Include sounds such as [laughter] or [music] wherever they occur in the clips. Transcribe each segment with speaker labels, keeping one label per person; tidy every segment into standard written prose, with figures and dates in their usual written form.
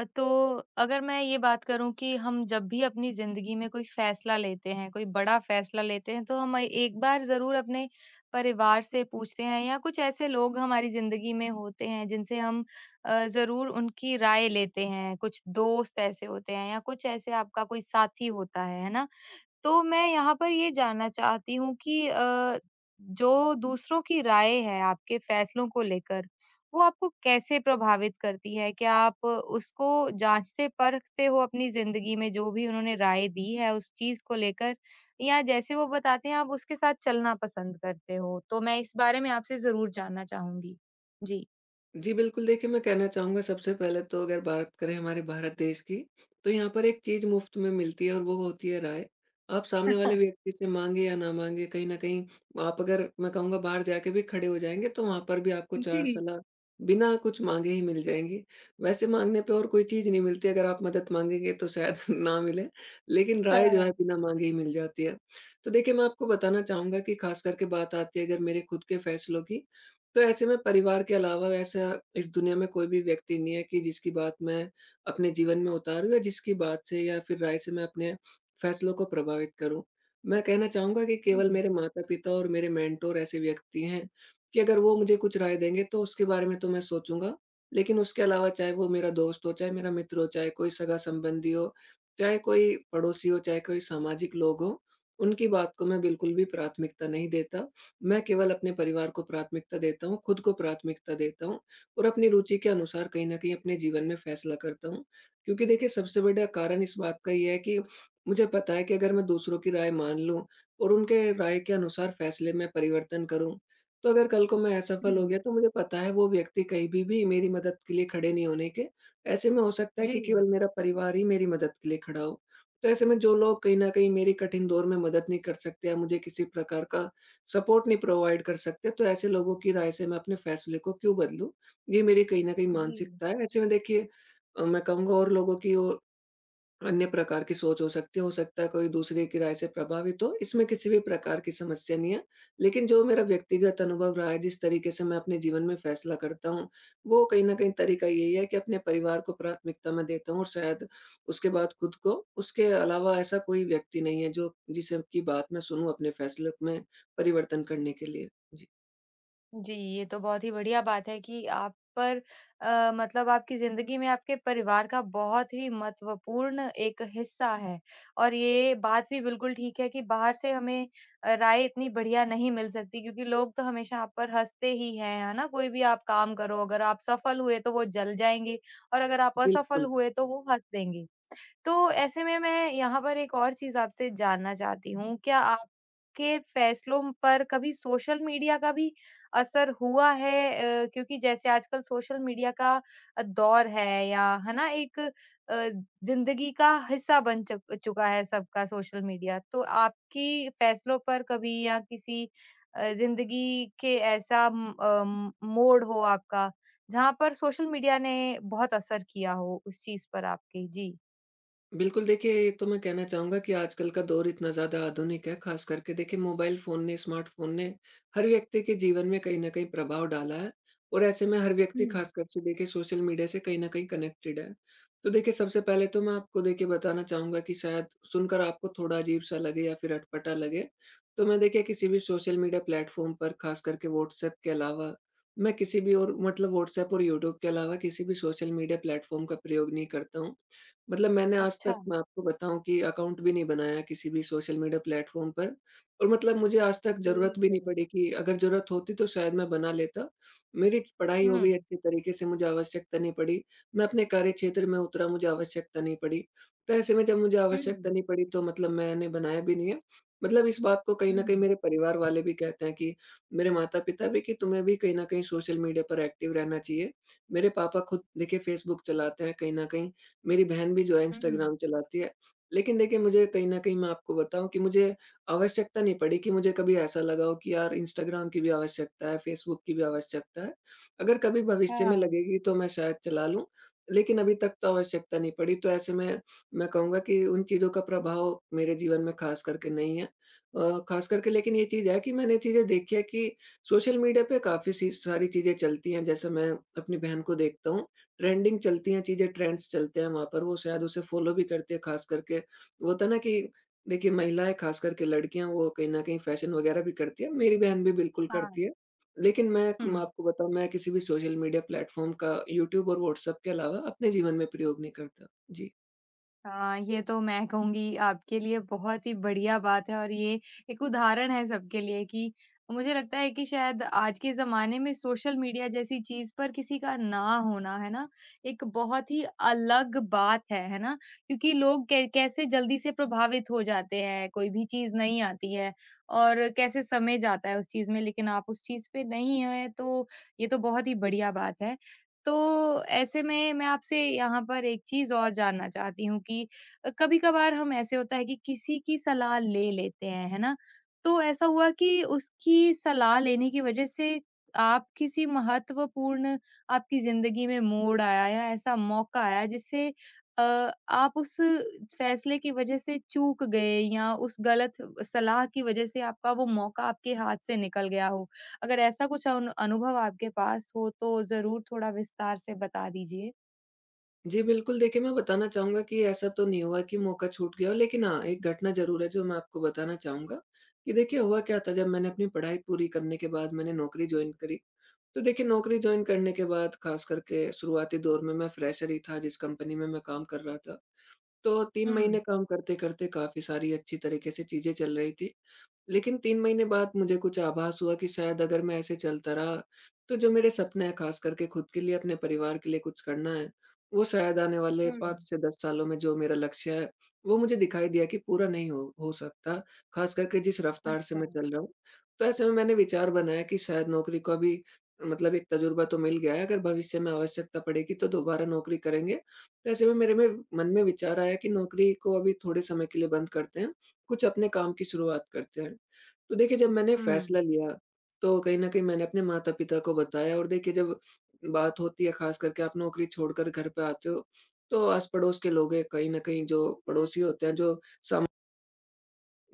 Speaker 1: तो अगर मैं ये बात करूँ कि हम जब भी अपनी ज़िंदगी में कोई फ़ैसला लेते हैं, कोई बड़ा फ़ैसला लेते हैं, तो हम एक बार ज़रूर अपने परिवार से पूछते हैं या कुछ ऐसे लोग हमारी ज़िंदगी में होते हैं, जिनसे हम ज़रूर उनकी राय लेते हैं। कुछ दोस्त ऐसे होते हैं या कुछ ऐसे आपका कोई साथी होता है ना? तो मैं यहाँ पर ये जानना चाहती हूँ कि जो दूसरों की राय है आपके फैसलों को लेकर, वो आपको कैसे प्रभावित करती है? क्या आप उसको जाँचते-परखते हो अपनी ज़िंदगी में जो भी उन्होंने राय दी है उस चीज़ को लेकर? या जैसे वो बताते हैं आप उसके साथ चलना पसंद करते हो? तो मैं इस बारे में आपसे ज़रूर जानना चाहूँगी। जी।
Speaker 2: जी, बिल्कुल देखिए, मैं कहना चाहूँगा सबसे पहले तो अगर बात करें हमारे भारत देश की, तो यहाँ पर एक चीज़ मुफ़्त में मिलती है और वो होती है राय। आप सामने वाले
Speaker 1: [laughs]
Speaker 2: व्यक्ति से माँगे या ना माँगे, कहीं न कहीं आप अगर मैं कहूँगा बाहर जाके भी खड़े हो जाएँगे, तो वहाँ पर भी आपको 4
Speaker 1: जी,
Speaker 2: सलाह बिना कुछ माँगे ही मिल जाएँगी। वैसे माँगने पे और कोई चीज़ नहीं मिलती, अगर आप मदद माँगेंगे तो शायद [laughs] ना मिले, लेकिन राय जो है
Speaker 1: हाँ।
Speaker 2: बिना माँगे ही मिल जाती है। तो देखिए, मैं आपको बताना चाहूँगा कि ख़ास करके बात आती है अगर मेरे खुद के फैसलों की, तो ऐसे में परिवार के अलावा ऐसा इस दुनिया में कोई भी व्यक्ति नहीं है कि जिसकी बात मैं अपने जीवन में उतारूँ या जिसकी बात से या फिर राय से मैं अपने फैसलों को प्रभावित करूँ। मैं कहना चाहूँगा कि केवल
Speaker 1: हुँ,
Speaker 2: मेरे माता-पिता और मेरे मेंटर ऐसे व्यक्ति हैं कि अगर वो मुझे कुछ राय देंगे तो उसके बारे में तो मैं सोचूँगा। लेकिन उसके अलावा चाहे वो मेरा दोस्त हो, चाहे मेरा मित्र हो, चाहे कोई सगा-संबंधी हो, चाहे कोई पड़ोसी हो, चाहे कोई सामाजिक लोग हों, उनकी बात को मैं बिल्कुल भी प्राथमिकता नहीं देता। मैं केवल अपने परिवार को प्राथमिकता देता हूँ, खुद को प्राथमिकता देता हूँ और अपनी रुचि के अनुसार कहीं न कहीं अपने जीवन में फैसला करता हूँ। क्योंकि देखिए सबसे बड़ा कारण इस बात का ये है कि मुझे पता है कि अगर मैं दूसरों की राय मान लूँ और उनके राय के अनुसार फैसले में परिवर्तन करूँ, तो अगर कल को मैं
Speaker 1: हुँ।
Speaker 2: असफल हो गया तो मुझे पता है वो व्यक्ति कहीं भी मेरी मदद के लिए खड़े नहीं होने के। ऐसे में हो सकता है
Speaker 1: जी,
Speaker 2: कि केवल मेरा परिवार ही मेरी मदद के लिए खड़ा हो। तो ऐसे में जो लोग कहीं न कहीं मेरी कठिन दौर में मदद नहीं कर सकते या मुझे किसी प्रकार का सपोर्ट नहीं प्रोवाइड कर सकते, तो ऐसे लोगों की राय से मैं अपने फैसले को क्यों बदलूँ? ये मेरी कहीं न कहीं
Speaker 1: जी।
Speaker 2: मानसिकता है। ऐसे में देखिए मैं कहूँगा और लोगों की ओ अन्य प्रकार की सोच हो सकती है, हो सकता है कोई दूसरे की राय से प्रभावित हो, इसमें किसी भी प्रकार की समस्या नहीं है। लेकिन जो मेरा व्यक्तिगत अनुभव रहा है, जिस तरीके से मैं अपने जीवन में फैसला करता हूँ, वो कहीं न कहीं तरीका यही है कि अपने परिवार को प्राथमिकता में देता हूँ और शायद उसके बाद खुद को। उसके अलावा ऐसा कोई व्यक्ति नहीं है जो जिसे की बात मैं सुनूँ अपने फैसले में परिवर्तन करने के लिए। जी।
Speaker 1: जी, ये तो बहुत ही बढ़िया बात है कि आप पर मतलब आपकी ज़िंदगी में आपके परिवार का बहुत ही महत्वपूर्ण एक हिस्सा है और ये बात भी बिल्कुल ठीक है कि बाहर से हमें राय इतनी बढ़िया नहीं मिल सकती क्योंकि लोग तो हमेशा आप पर हँसते ही हैं, है ना? कोई भी आप काम करो, अगर आप सफल हुए तो वो जल जाएँगे और अगर आप असफल
Speaker 2: बिल्कुल।
Speaker 1: हुए तो वो हँस देंगे। तो ऐसे में मैं यहाँ पर एक और चीज़ आपसे जानना चाहती हूँ। क्या आपके फैसलों पर कभी सोशल मीडिया का भी असर हुआ है? क्योंकि जैसे आजकल सोशल मीडिया का दौर है या है ना एक ज़िंदगी का हिस्सा बन चुका है सबका सोशल मीडिया। तो आपकी फैसलों पर कभी या किसी ज़िंदगी के ऐसा मोड़ हो आपका, जहाँ पर सोशल मीडिया ने बहुत असर किया हो उस चीज़ पर आपके? जी।
Speaker 2: बिल्कुल, देखिए ये तो मैं कहना चाहूँगा कि आजकल का दौर इतना ज़्यादा आधुनिक है, ख़ास करके देखिए मोबाइल फ़ोन ने, स्मार्टफ़ोन ने हर व्यक्ति के जीवन में कहीं न कहीं प्रभाव डाला है और ऐसे में हर व्यक्ति
Speaker 1: हुँ।
Speaker 2: ख़ासकर से देखिए सोशल मीडिया से कहीं न कहीं कनेक्टेड है। तो देखिए सबसे पहले तो मैं आपको देखिए बताना चाहूँगा कि शायद सुनकर आपको थोड़ा अजीब-सा लगे या फिर अटपटा लगे, तो मैं देखिए किसी भी सोशल मीडिया प्लेटफ़ॉर्म पर ख़ास करके व्हाट्सऐप के अलावा, मैं किसी भी और मतलब व्हाट्सऐप और यूट्यूब के अलावा किसी भी सोशल मीडिया प्लेटफ़ॉर्म का प्रयोग नहीं करता हूँ। मतलब मैंने आज
Speaker 1: अच्छा।
Speaker 2: तक मैं आपको बताऊँ कि अकाउंट भी नहीं बनाया किसी भी सोशल मीडिया प्लेटफ़ॉर्म पर और मतलब मुझे आज तक ज़रूरत
Speaker 1: ठीक
Speaker 2: भी नहीं
Speaker 1: है।
Speaker 2: पड़ी कि अगर ज़रूरत होती तो शायद मैं बना लेता। मेरी पढ़ाई हो
Speaker 1: हुँ,
Speaker 2: गई अच्छे तरीके से, मुझे आवश्यकता नहीं पड़ी। मैं अपने कार्यक्षेत्र में उतरा, मुझे आवश्यकता नहीं पड़ी। तो ऐसे में जब मुझे आवश्यकता
Speaker 1: हुँ,
Speaker 2: नहीं पड़ी तो मतलब मैंने बनाया भी नहीं है। मतलब इस बात को कहीं
Speaker 1: हुँ,
Speaker 2: न कहीं मेरे परिवार वाले भी कहते हैं कि मेरे माता-पिता भी कि तुम्हें भी कहीं न कहीं सोशल मीडिया पर एक्टिव रहना चाहिए। मेरे पापा खुद देखिए फ़ेसबुक चलाते हैं कहीं न कहीं। मेरी बहन भी जो है
Speaker 1: हुँ,
Speaker 2: इंस्टाग्राम चलाती है। लेकिन देखिए मुझे कहीं न कहीं मैं आपको बताऊँ कि मुझे आवश्यकता नहीं पड़ी कि मुझे कभी ऐसा लगा हो कि यार इंस्टाग्राम की भी आवश्यकता है, फेसबुक की भी आवश्यकता है। अगर कभी भविष्य में
Speaker 1: हाँ,
Speaker 2: लगेगी तो मैं शायद चला लूँ, लेकिन अभी तक तो आवश्यकता नहीं पड़ी। तो ऐसे में मैं कहूँगा कि उन चीज़ों का प्रभाव मेरे जीवन में ख़ास करके नहीं है। ख़ास करके लेकिन ये चीज़ है कि मैंने चीज़ें देखी है कि सोशल मीडिया पे काफ़ी सी सारी चीज़ें चलती हैं, जैसे मैं अपनी बहन को देखता हूँ ट्रेंडिंग चलती हैं चीज़ें, ट्रेंड्स चलते हैं वहाँ पर, वो शायद उसे फ़ॉलो भी करते हैं ख़ास करके। वो होता है ना कि देखिए महिलाएँ ख़ास करके लड़कियाँ वो कहीं न कहीं फ़ैशन वग़ैरह भी करती हैं, मेरी बहन भी बिल्कुल
Speaker 1: हाँ,
Speaker 2: करती है। लेकिन मैं
Speaker 1: हुँ।
Speaker 2: आपको बताऊँ मैं किसी भी सोशल मीडिया प्लेटफ़ॉर्म का यूट्यूब और व्हाट्सएप के अलावा अपने जीवन में प्रयोग नहीं करता। जी।
Speaker 1: हाँ, ये तो मैं कहूँगी आपके लिए बहुत ही बढ़िया बात है और ये एक उदाहरण है सबके लिए कि मुझे लगता है कि शायद आज के ज़माने में सोशल मीडिया जैसी चीज़ पर किसी का ना होना, है ना? एक बहुत ही अलग बात है ना? क्योंकि लोग कै कैसे जल्दी से प्रभावित हो जाते हैं, कोई भी चीज़ नहीं आती है और कैसे समय जाता है उस चीज़ में लेकिन आप उस चीज़ पे नहीं हैं, तो ये तो बहुत ही बढ़िया बात है। तो ऐसे में मैं आपसे यहाँ पर एक चीज़ और जानना चाहती हूँ कि कभी-कभार हम ऐसे होता है कि किसी की सलाह ले लेते हैं, है ना? तो ऐसा हुआ कि उसकी सलाह लेने की वज़ह से आप किसी महत्वपूर्ण आपकी ज़िंदगी में मोड़ आया या ऐसा मौका आया जिससे आप उस फ़ैसले की वज़ह से चूक गए या उस गलत सलाह की वज़ह से आपका वो मौका आपके हाथ से निकल गया हो? अगर ऐसा कुछ अनुभव आपके पास हो तो ज़रूर थोड़ा विस्तार से बता दीजिए?
Speaker 2: जी, बिल्कुल देखिए मैं बताना चाहूँगा कि ऐसा तो नहीं हुआ कि मौका छूट गया हो, लेकिन हाँ, एक घटना ज़रूर है जो मैं आपको बताना चाहूँगा, कि देखिए हुआ क्या था जब मैंने अपनी पढ़ाई पूरी करने के बाद मैंने नौकरी जॉइन करी, तो देखिए नौकरी जॉइन करने के बाद खास करके शुरुआती दौर में मैं फ्रेशर ही था जिस कंपनी में मैं काम कर रहा था। तो 3
Speaker 1: हुँ,
Speaker 2: महीने काम करते-करते काफ़ी सारी अच्छी तरीके से चीज़ें चल रही थी। लेकिन 3 महीने बाद मुझे कुछ आभास हुआ कि शायद अगर मैं ऐसे चलता रहा, तो जो मेरे सपने हैं ख़ास करके खुद के लिए, अपने परिवार के लिए कुछ करना है, वो शायद आने वाले
Speaker 1: हुँ,
Speaker 2: 5 से 10 सालों में जो मेरा लक्ष्य है, वो मुझे दिखाई दिया कि पूरा नहीं हो सकता, ख़ास करके जिस रफ़्तार से
Speaker 1: अच्छा,
Speaker 2: मैं चल रहा हूँ। तो ऐसे में मैंने विचार बनाया कि शायद नौकरी को अभी मतलब एक तजुर्बा तो मिल गया है, अगर भविष्य में आवश्यकता पड़ेगी तो दोबारा नौकरी करेंगे। तो ऐसे में मेरे में मन में विचार आया कि नौकरी को अभी थोड़े समय के लिए बंद करते हैं, कुछ अपने काम की शुरुआत करते हैं। तो देखिए जब मैंने
Speaker 1: हुँ,
Speaker 2: फैसला लिया, तो कहीं न कहीं मैंने अपने माता-पिता को बताया और देखिए जब बात होती है ख़ास करके आप नौकरी छोड़कर घर पे आते हो, तो आस-पड़ोस के लोग हैं, कहीं न कहीं जो पड़ोसी होते हैं, साम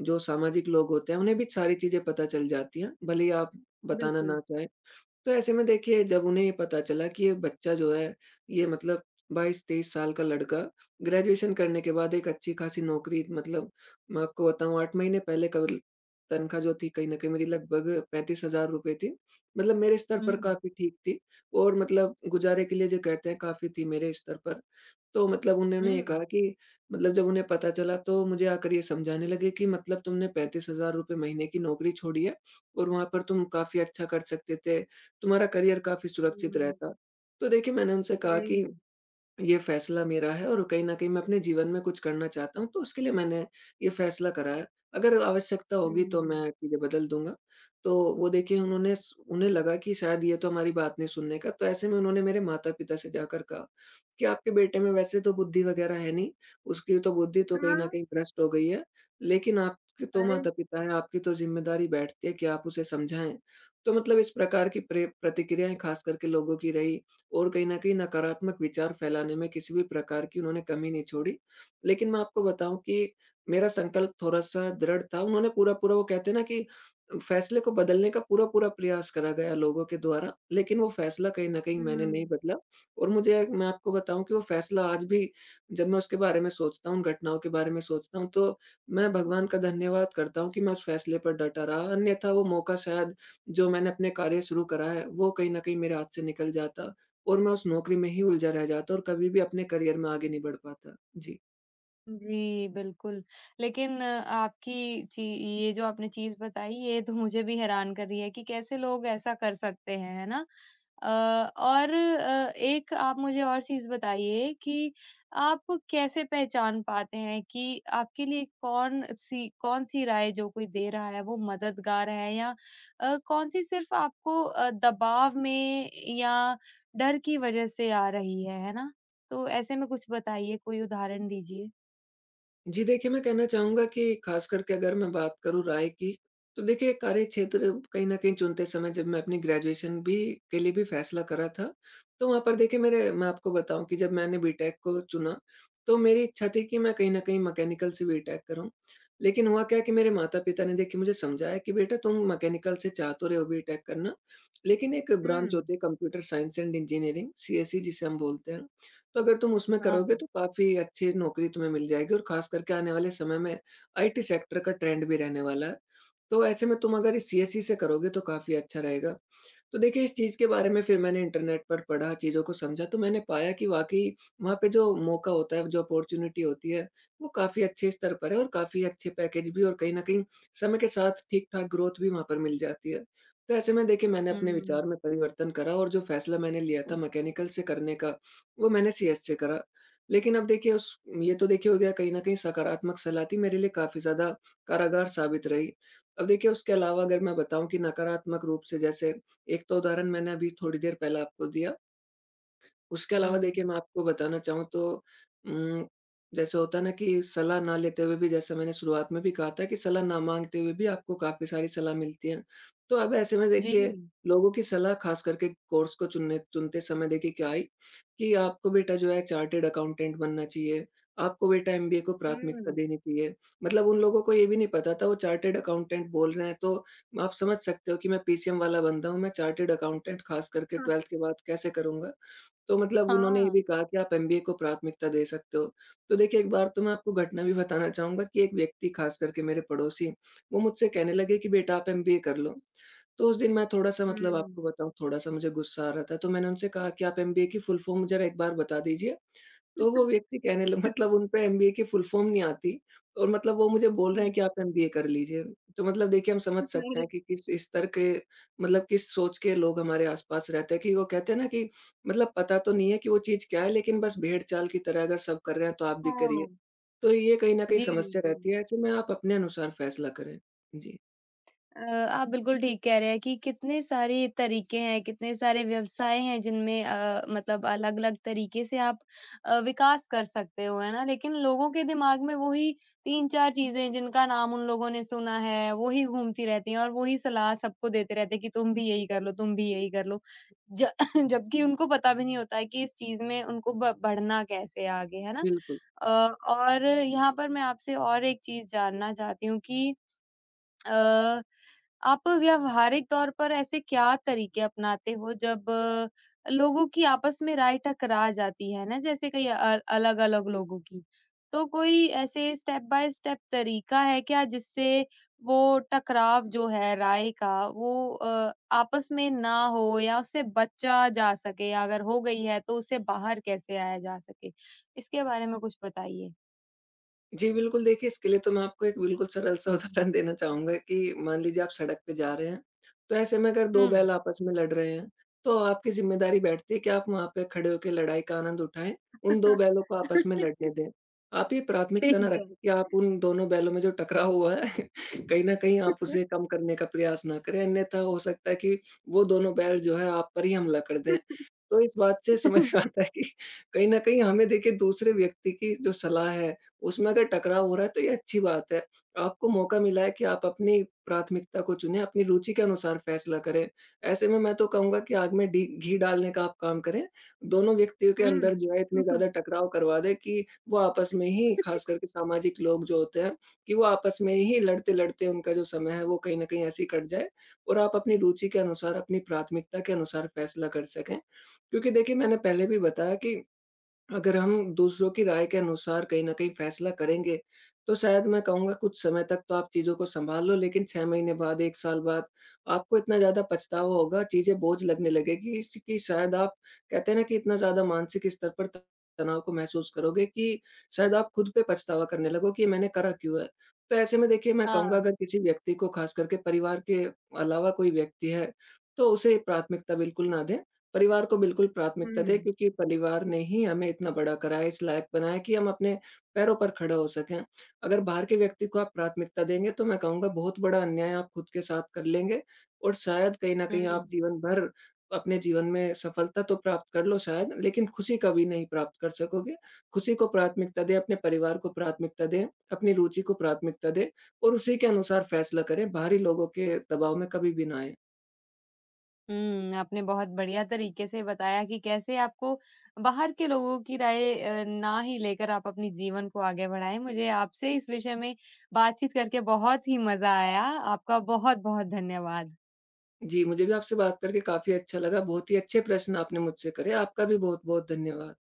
Speaker 2: जो सामाजिक लोग होते हैं, उन्हें भी सारी चीज़ें पता चल जाती हैं, भले ही आप बताना
Speaker 1: बिल्कुल,
Speaker 2: ना चाहें। तो ऐसे में देखिए जब उन्हें ये पता चला कि ये बच्चा जो है ये मतलब 22-23 साल का लड़का ग्रेजुएशन करने के बाद एक अच्छी खासी नौकरी, मतलब मैं आपको बताऊँ 8 महीने पहले कल तनख्वाह जो थी कहीं न कहीं मेरी लगभग ₹35,000 थी। मतलब मेरे स्तर पर
Speaker 1: हुँ,
Speaker 2: काफ़ी ठीक थी और मतलब गुज़ारे के लिए जो कहते हैं काफ़ी थी मेरे स्तर पर। तो मतलब
Speaker 1: हुँ,
Speaker 2: उन्होंने ये कहा कि, मतलब जब उन्हें पता चला तो मुझे आकर ये समझाने लगे कि मतलब तुमने ₹35,000 महीने की नौकरी छोड़ी है और वहाँ पर तुम काफ़ी अच्छा कर सकते थे, तुम्हारा करियर काफ़ी सुरक्षित
Speaker 1: हुँ,
Speaker 2: रहता। तो देखिए मैंने उनसे कहा
Speaker 1: जी,
Speaker 2: कि ये फैसला मेरा है और कहीं न कहीं मैं अपने जीवन में कुछ करना चाहता हूँ, तो उसके लिए मैंने ये फैसला करा है। अगर आवश्यकता होगी तो
Speaker 1: हुँ,
Speaker 2: मैं चीज़ें बदल दूँगा। तो वो देखिए उन्होंने स उन्हें लगा कि शायद ये तो हमारी बात नहीं सुनने का, तो ऐसे में उन्होंने मेरे माता-पिता से जाकर कहा कि आपके बेटे में वैसे तो बुद्धि वगैरह है नहीं, उसकी तो बुद्धि तो कहीं
Speaker 1: हाँ,
Speaker 2: न कहीं भ्रष्ट हो गई है, लेकिन आपके तो
Speaker 1: अरे!
Speaker 2: माता-पिता हैं, आपकी तो ज़िम्मेदारी बैठती है कि आप उसे समझाएँ। तो मतलब इस प्रकार की प्रे प्रतिक्रियाएँ खास करके लोगों की रही और कहीं न कहीं नकारात्मक विचार फैलाने में किसी भी प्रकार की उन्होंने कमी नहीं छोड़ी। लेकिन मैं आपको बताऊँ कि मेरा संकल्प थोड़ा-सा दृढ़ था, उन्होंने पूरा-पूरा वो कहते हैं ना कि फैसले को बदलने का पूरा-पूरा प्रयास करा गया लोगों के द्वारा, लेकिन वो फैसला कहीं न कहीं मैंने नहीं
Speaker 1: हुँ।
Speaker 2: बदला। और मुझे एक मैं आपको बताऊँ कि वो फ़ैसला आज भी जब मैं उसके बारे में सोचता हूँ, उन घटनाओं के बारे में सोचता हूँ, तो मैं भगवान का धन्यवाद करता हूँ कि मैं उस फ़ैसले पर डटा रहा। अन्यथा वो मौका शायद जो मैंने अपने कार्य शुरू करा है, वो कहीं न कहीं मेरे हाथ से निकल जाता और मैं उस नौकरी में ही उलझा रह जाता और कभी भी अपने करियर में आगे नहीं बढ़ पाता। जी।
Speaker 1: जी, बिल्कुल। लेकिन आपकी ची ये जो आपने चीज़ बताई, ये तो मुझे भी हैरान कर रही है कि कैसे लोग ऐसा कर सकते हैं, है ना? अ, और एक आप मुझे और चीज़ बताइए कि आप कैसे पहचान पाते हैं कि आपके लिए कौन-सी कौन-सी राय जो कोई दे रहा है, वो मददगार है या कौन-सी सिर्फ़ आपको दबाव में या डर की वज़ह से आ रही है ना? तो ऐसे में कुछ बताइए, कोई उदाहरण दीजिए।
Speaker 2: जी देखिए, मैं कहना चाहूँगा कि ख़ास करके अगर मैं बात करूँ राय की, तो देखिए कार्यक्षेत्र कहीं न कहीं चुनते समय जब मैं अपनी ग्रेजुएशन भी के लिए भी फ़ैसला करा था, तो वहाँ पर देखिए मेरे मैं आपको बताऊँ कि जब मैंने बीटेक को चुना, तो मेरी इच्छा थी कि मैं कहीं न कहीं मैकेनिकल से बीटेक करूँ। लेकिन हुआ क्या कि मेरे माता-पिता ने देखिए मुझे समझाया कि बेटा तुम मैकेनिकल से चाह तो रहे हो बीटेक करना, लेकिन एक ब्रांच
Speaker 1: हुँ,
Speaker 2: होती है computer science and engineering CSE जिसे हम बोलते हैं। तो अगर तुम उसमें
Speaker 1: हाँ।
Speaker 2: करोगे तो काफ़ी अच्छी नौकरी तुम्हें मिल जाएगी और ख़ास करके आने वाले समय में आईटी सेक्टर का ट्रेंड भी रहने वाला है। तो ऐसे में तुम अगर सीएसई से करोगे तो काफ़ी अच्छा रहेगा। तो देखिए इस चीज़ के बारे में फिर मैंने इंटरनेट पर पढ़ा, चीज़ों को समझा तो मैंने पाया कि वाक़ई वहाँ पे जो मौका होता है, जो अपॉर्च्युनिटी होती है, वो काफ़ी अच्छे स्तर पर है और काफ़ी अच्छे पैकेज भी, और कहीं न कहीं समय के साथ ठीक-ठाक ग्रोथ भी वहाँ पर मिल जाती है। तो ऐसे में देखिए मैंने
Speaker 1: हुँ,
Speaker 2: अपने विचार में परिवर्तन करा, और जो फैसला मैंने लिया था मैकेनिकल से करने का, वो मैंने सीएस से करा। लेकिन अब देखिए उस ये तो देखिए हो गया, कहीं न कहीं सकारात्मक सलाह थी, मेरे लिए काफ़ी ज़्यादा कारागार साबित रही। अब देखिए उसके अलावा अगर मैं बताऊँ कि नकारात्मक रूप से, जैसे एक तो उदाहरण मैंने अभी थोड़ी देर पहले आपको दिया, उसके अलावा
Speaker 1: हुँ।
Speaker 2: देखिए मैं आपको बताना चाहूँ तो, उम, जैसे होता है ना कि सलाह ना लेते हुए भी, जैसे मैंने शुरुआत में भी कहा था कि सलाह ना माँगते हुए भी आपको काफ़ी सारी सलाह मिलती है। तो अब ऐसे में
Speaker 1: जी,
Speaker 2: देखिए लोगों की सलाह, ख़ास करके कोर्स को चुनने चुनते समय, देखिए क्या आई कि आपको बेटा जो है चार्टर्ड अकाउंटेंट बनना चाहिए, आपको बेटा एमबीए को प्राथमिकता
Speaker 1: हुँ।
Speaker 2: देनी चाहिए। मतलब उन लोगों को ये भी नहीं पता था वो चार्टर्ड अकाउंटेंट बोल रहे हैं, तो आप समझ सकते हो कि मैं पीसीएम वाला बंदा हूँ, मैं चार्टर्ड अकाउंटेंट ख़ास करके
Speaker 1: हाँ,
Speaker 2: 12th के बाद कैसे करूँगा? तो मतलब उन्होंने ये
Speaker 1: हाँ।
Speaker 2: भी कहा कि आप एमबीए को प्राथमिकता दे सकते हो। तो देखिए, एक बार तो मैं आपको घटना भी बताना चाहूँगा कि एक व्यक्ति, ख़ास करके मेरे पड़ोसी, वो मुझसे कहने लगे कि बेटा आप एमबीए कर लो। तो उस दिन मैं थोड़ा-सा, मतलब आपको
Speaker 1: हुँ।
Speaker 2: बताऊँ, थोड़ा-सा मुझे गुस्सा आ रहा था, तो मैंने उनसे कहा कि आप एमबीए की फुल फ़ॉर्म ज़रा एक बार बता दीजिए। तो वो व्यक्ति कहने ल मतलब उनपे एमबीए की फुल फॉर्म नहीं आती, और मतलब वो मुझे बोल रहे हैं कि आप एमबीए कर लीजिए। तो मतलब देखिए, हम समझ सकते
Speaker 1: और
Speaker 2: हैं कि
Speaker 1: [laughs]
Speaker 2: किस स्तर के, मतलब किस सोच के लोग हमारे आस-पास रहते हैं, कि वो कहते हैं ना कि मतलब पता तो नहीं है कि वो चीज़ क्या है, लेकिन बस भेड़-चाल की तरह अगर सब कर रहे हैं तो आप भी
Speaker 1: हाँ,
Speaker 2: करिए। तो ये कहीं न कहीं
Speaker 1: जी,
Speaker 2: समस्या
Speaker 1: जी।
Speaker 2: रहती है, ऐसे में आप अपने अनुसार फैसला करें। जी,
Speaker 1: आप बिल्कुल ठीक कह रहे हैं कि कितने सारे तरीके हैं, कितने सारे व्यवसाय हैं जिनमें मतलब अलग-अलग तरीके से आप विकास कर सकते हो, है ना? लेकिन लोगों के दिमाग में वही 3-4 चीज़ें जिनका नाम उन लोगों ने सुना है, वही घूमती रहती हैं और वही सलाह सबको देते रहते हैं कि तुम भी यही कर लो, तुम भी यही कर लो। ज [laughs] जबकि उनको पता भी नहीं होता है कि इस चीज़ में उनको ब बढ़ना कैसे है आगे, है ना?
Speaker 2: बिल्कुल।
Speaker 1: अ, और यहाँ पर मैं आपसे और एक चीज़ जानना चाहती हूँ कि अ, आप व्यावहारिक तौर पर ऐसे क्या तरीके अपनाते हो जब लोगों की आपस में राय टकरा जाती है ना जैसे कई अलग-अलग लोगों की। तो कोई ऐसे स्टेप बाय स्टेप तरीका है क्या जिससे वो टकराव जो है राय का वो आपस में ना हो या उससे बचा जा सके या अगर हो गई है तो उससे बाहर कैसे आया जा सके? इसके बारे में कुछ बताइए?
Speaker 2: जी, बिल्कुल, देखिए इसके लिए तो मैं आपको एक बिल्कुल सरल-सा [laughs] उदाहरण देना चाहूँगा कि मान लीजिए आप सड़क पे जा रहे हैं, तो ऐसे में अगर 2
Speaker 1: हुँ।
Speaker 2: बैल आपस में लड़ रहे हैं, तो आपकी ज़िम्मेदारी बैठती है कि आप वहाँ पे खड़े होके लड़ाई का आनंद उठाएँ, उन 2 बैलों को आपस में
Speaker 1: [laughs]
Speaker 2: लड़ने दें। आप ये प्राथमिकता ना
Speaker 1: ठीक है।
Speaker 2: रखें कि आप उन दोनों बैलों में जो टकराव हुआ है, [laughs] कहीं न कहीं आप उसे
Speaker 1: [laughs]
Speaker 2: कम करने का प्रयास ना करें, अन्यथा हो सकता है कि वो दोनों बैल जो है आप पर ही हमला कर दें।
Speaker 1: [laughs]
Speaker 2: तो इस बात से समझ में आता है कि कहीं न कहीं हमें देखिए दूसरे व्यक्ति की जो सलाह है, उसमें अगर टकराव हो रहा है तो ये अच्छी बात है। आपको मौका मिला है कि आप अपनी प्राथमिकता को चुनें, अपनी रुचि के अनुसार फैसला करें। ऐसे में मैं तो कहूँगा कि आग में डी घी डालने का आप काम करें। दोनों व्यक्तियों के अंदर
Speaker 1: हुँ।
Speaker 2: जो है इतने
Speaker 1: [laughs]
Speaker 2: ज़्यादा टकराव करवा दें कि वो आपस में ही, ख़ास करके सामाजिक लोग जो होते हैं, कि वो आपस में ही लड़ते-लड़ते उनका जो समय है वो कहीं न कहीं ऐसे ही कट जाए, और आप अपनी रुचि के अनुसार, अपनी प्राथमिकता के अनुसार फैसला कर सकें। क्योंकि देखिए मैंने पहले भी बताया कि अगर हम दूसरों की राय के अनुसार कहीं न कहीं फैसला करेंगे, तो शायद मैं कहूँगा कुछ समय तक तो आप चीज़ों को सँभाल लो, लेकिन 6 महीने बाद, 1 साल बाद आपको इतना ज़्यादा पछतावा होगा, चीज़ें बोझ लगने लगेगी इस कि शायद आप, कहते हैं ना कि इतना ज़्यादा मानसिक स्तर पर तनाव को महसूस करोगे कि शायद आप खुद पे पछतावा करने लगो कि ये मैंने करा क्यों है। तो ऐसे में देखिए मैं कहूँगा
Speaker 1: हाँ।
Speaker 2: अगर किसी व्यक्ति को, ख़ास करके परिवार के अलावा कोई व्यक्ति है, तो उसे प्राथमिकता बिल्कुल ना दें। परिवार को बिल्कुल प्राथमिकता दें,
Speaker 1: हुँ,
Speaker 2: क्योंकि परिवार ने ही हमें इतना बड़ा करा है, इस लायक बनाया है कि हम अपने पैरों पर खड़े हो सकें। अगर बाहर के व्यक्ति को आप प्राथमिकता देंगे तो मैं कहूँगा बहुत बड़ा अन्याय आप खुद के साथ कर लेंगे, और शायद कहीं न कहीं
Speaker 1: हुँ।
Speaker 2: आप जीवन भर अपने जीवन में सफलता तो प्राप्त कर लो शायद, लेकिन खुशी कभी नहीं प्राप्त कर सकोगे। खुशी को प्राथमिकता दें, अपने परिवार को प्राथमिकता दें, अपनी रुचि को प्राथमिकता दें, और उसी के अनुसार फैसला करें, बाहरी लोगों के दबाव में कभी भी ना आएँ।
Speaker 1: हुँ, आपने बहुत बढ़िया तरीके से बताया कि कैसे आपको बाहर के लोगों की राय ना ही लेकर आप अपने जीवन को आगे बढ़ाएँ। मुझे आपसे इस विषय में बातचीत करके बहुत ही मज़ा आया। आपका बहुत-बहुत धन्यवाद।
Speaker 2: जी, मुझे भी आपसे बात करके काफ़ी अच्छा लगा। बहुत ही अच्छे प्रश्न आपने मुझसे करे। आपका भी बहुत-बहुत धन्यवाद।